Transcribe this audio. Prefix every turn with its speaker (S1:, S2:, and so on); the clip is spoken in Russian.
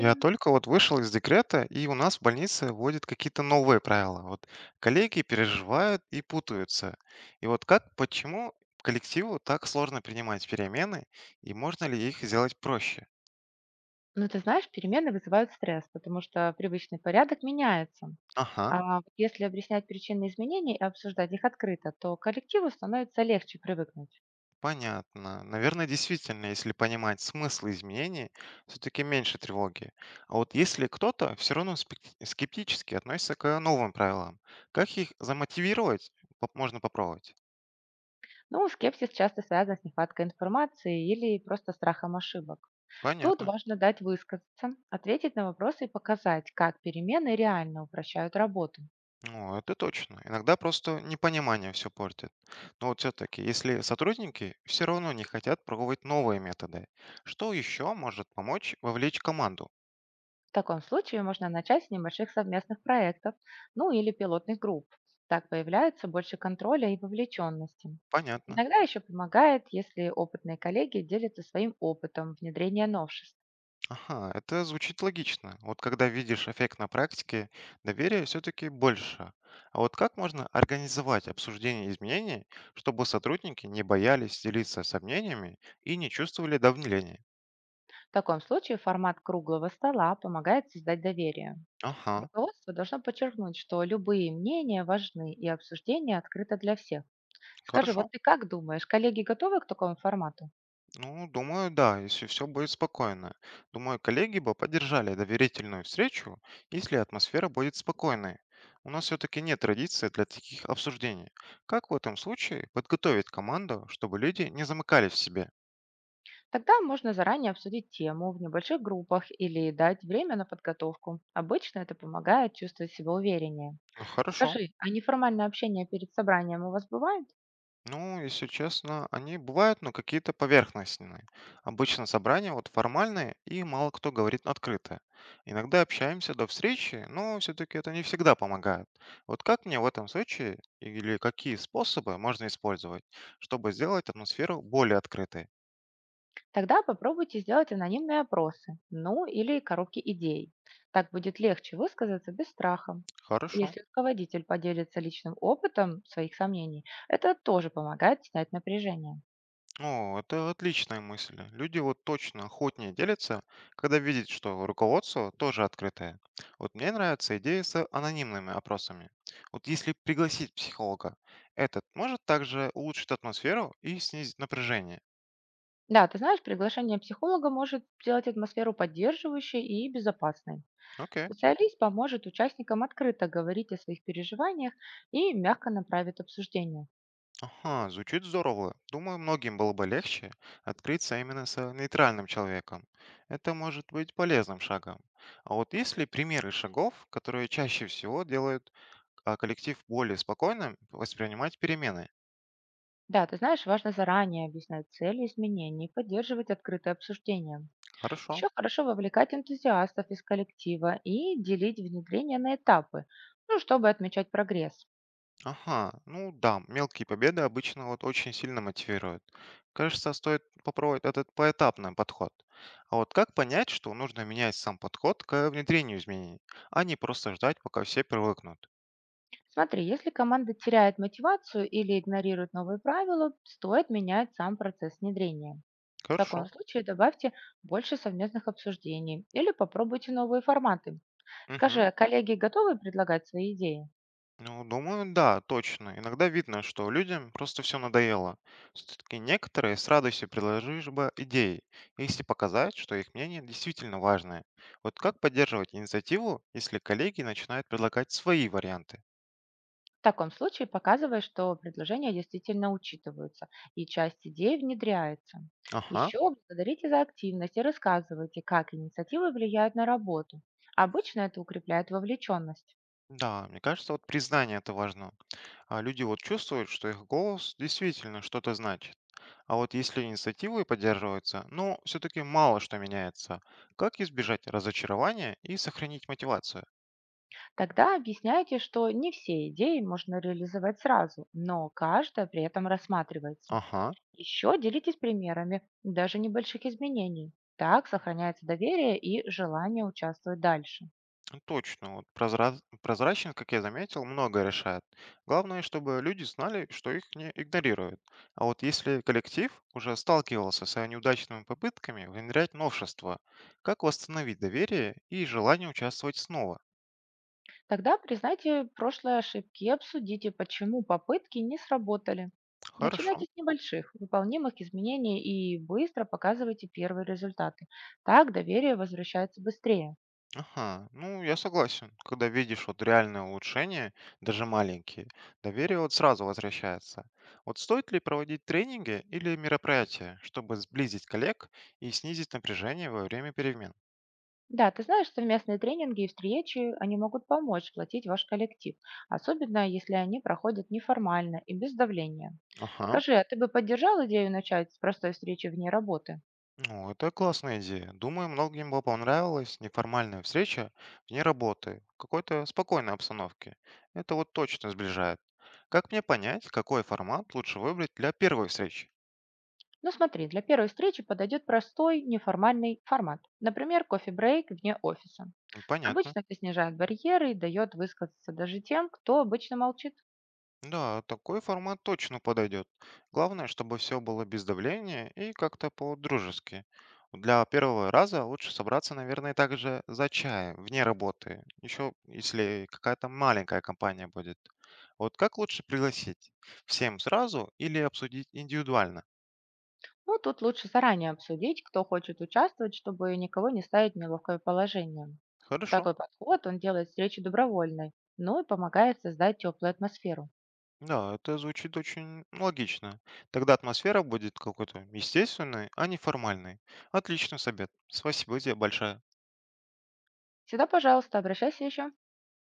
S1: Я только вот вышел из декрета, и у нас в больнице вводят какие-то новые правила. Вот коллеги переживают и путаются. И вот как, почему коллективу так сложно принимать перемены, и можно ли их сделать проще?
S2: Ну, ты знаешь, перемены вызывают стресс, потому что привычный порядок меняется.
S1: Ага,
S2: А вот если объяснять причины изменений и обсуждать их открыто, то коллективу становится легче привыкнуть.
S1: понятно. Наверное, действительно, если понимать смысл изменений, все-таки меньше тревоги. А вот если кто-то все равно скептически относится к новым правилам, как их замотивировать, можно попробовать?
S2: Ну, скепсис часто связан с нехваткой информации или просто страхом ошибок. Тут
S1: Понятно.
S2: важно дать высказаться, ответить на вопросы и показать, как перемены реально упрощают работу.
S1: Ну, это точно. Иногда просто непонимание все портит. Но вот все-таки, если сотрудники все равно не хотят пробовать новые методы, что еще может помочь вовлечь команду?
S2: В таком случае можно начать с небольших совместных проектов, ну или пилотных групп. Так появляется больше контроля и вовлеченности.
S1: Понятно.
S2: Иногда еще помогает, если опытные коллеги делятся своим опытом внедрения новшеств.
S1: Ага, это звучит логично. Вот когда видишь эффект на практике, доверия все-таки больше. А вот как можно организовать обсуждение изменений, чтобы сотрудники не боялись делиться сомнениями и не чувствовали давления?
S2: В таком случае формат круглого стола помогает создать доверие.
S1: Ага,
S2: Руководство должно подчеркнуть, что любые мнения важны и обсуждение открыто для всех. Скажи,
S1: хорошо.
S2: вот ты как думаешь, коллеги готовы к такому формату?
S1: Ну, думаю, да, если все будет спокойно. Думаю, коллеги бы поддержали доверительную встречу, если атмосфера будет спокойной. У нас все-таки нет традиции для таких обсуждений. Как в этом случае подготовить команду, чтобы люди не замыкались в себе?
S2: Тогда можно заранее обсудить тему в небольших группах или дать время на подготовку. Обычно это помогает чувствовать себя увереннее.
S1: Ну, хорошо.
S2: Скажи, а неформальное общение перед собранием у вас бывает?
S1: Ну, если честно, они бывают, но какие-то поверхностные. Обычно собрания вот формальные, и мало кто говорит открыто. Иногда общаемся до встречи, но все-таки это не всегда помогает. Вот как мне в этом случае или какие способы можно использовать, чтобы сделать атмосферу более открытой?
S2: Тогда попробуйте сделать анонимные опросы, ну или коробки идей. Так будет легче высказаться без страха.
S1: Хорошо.
S2: Если руководитель поделится личным опытом своих сомнений, это тоже помогает снять напряжение.
S1: О, это отличная мысль. Люди вот точно охотнее делятся, когда видят, что руководство тоже открытое. Вот мне нравится идея с анонимными опросами. Вот если пригласить психолога, этот может также улучшить атмосферу и снизить напряжение.
S2: Да, ты знаешь, приглашение психолога может сделать атмосферу поддерживающей и безопасной.
S1: Окей.
S2: Специалист поможет участникам открыто говорить о своих переживаниях и мягко направит обсуждение.
S1: Ага, звучит здорово. Думаю, многим было бы легче открыться именно с нейтральным человеком. Это может быть полезным шагом. А вот есть ли примеры шагов, которые чаще всего делают коллектив более спокойным воспринимать перемены?
S2: Да, ты знаешь, важно заранее объяснять цели изменений, поддерживать открытое обсуждение.
S1: Хорошо.
S2: Еще хорошо вовлекать энтузиастов из коллектива и делить внедрение на этапы, ну, чтобы отмечать прогресс.
S1: Ага, ну да, мелкие победы обычно вот очень сильно мотивируют. Кажется, стоит попробовать этот поэтапный подход. А вот как понять, что нужно менять сам подход к внедрению изменений, а не просто ждать, пока все привыкнут?
S2: Смотри, если команда теряет мотивацию или игнорирует новые правила, стоит менять сам процесс внедрения. В таком
S1: Хорошо.
S2: случае добавьте больше совместных обсуждений или попробуйте новые форматы. Скажи,
S1: Мгм.
S2: а коллеги готовы предлагать свои идеи?
S1: Ну, думаю, да, точно. Иногда видно, что людям просто все надоело. Все-таки некоторые с радостью предложишь бы идеи, если показать, что их мнение действительно важное. Вот как поддерживать инициативу, если коллеги начинают предлагать свои варианты?
S2: В таком случае показывай, что предложения действительно учитываются и часть идей внедряется.
S1: Ага.
S2: Еще благодарите за активность и рассказывайте, как инициативы влияют на работу. Обычно это укрепляет вовлеченность.
S1: Да, мне кажется, вот признание это важно. А люди вот чувствуют, что их голос действительно что-то значит. А вот если инициативы поддерживаются, ну, все-таки мало что меняется. Как избежать разочарования и сохранить мотивацию?
S2: Тогда объясняйте, что не все идеи можно реализовать сразу, но каждая при этом рассматривается.
S1: Ага.
S2: Еще делитесь примерами даже небольших изменений. Так сохраняется доверие и желание участвовать дальше.
S1: Ну точно, вот прозрачность, как я заметил, многое решает. Главное, чтобы люди знали, что их не игнорируют. А вот если коллектив уже сталкивался с неудачными попытками внедрять новшества, как восстановить доверие и желание участвовать снова?
S2: Тогда признайте прошлые ошибки и обсудите, почему попытки не сработали.
S1: Хорошо.
S2: Начинайте с небольших, выполнимых изменений и быстро показывайте первые результаты. Так доверие возвращается быстрее.
S1: Ага, ну я согласен. Когда видишь вот реальные улучшения, даже маленькие, доверие вот сразу возвращается. Вот стоит ли проводить тренинги или мероприятия, чтобы сблизить коллег и снизить напряжение во время перемен?
S2: Да, ты знаешь, совместные тренинги и встречи, они могут помочь платить ваш коллектив, особенно если они проходят неформально и без давления.
S1: Ага,
S2: Скажи, а ты бы поддержал идею начать с простой встречи вне работы?
S1: ну это классная идея. Думаю, многим бы понравилась неформальная встреча вне работы, в какой-то спокойной обстановке. Это вот точно сближает. Как мне понять, какой формат лучше выбрать для первой встречи?
S2: Ну, смотри, для первой встречи подойдет простой неформальный формат, например, кофе-брейк вне офиса.
S1: Понятно.
S2: Обычно это снижает барьеры и дает высказаться даже тем, кто обычно молчит.
S1: Да, такой формат точно подойдет. Главное, чтобы все было без давления и как-то по-дружески. Для первого раза лучше собраться, наверное, также за чаем, вне работы. Еще если какая-то маленькая компания будет. Вот как лучше пригласить? Всем сразу или обсудить индивидуально?
S2: Ну, тут лучше заранее обсудить, кто хочет участвовать, чтобы никого не ставить в неловкое положение.
S1: Хорошо.
S2: Такой подход, он делает встречу добровольной, ну и помогает создать теплую атмосферу.
S1: Да, это звучит очень логично. Тогда атмосфера будет какой-то естественной, а не формальной. Отличный совет. Спасибо тебе большое.
S2: Всегда, пожалуйста, обращайся еще.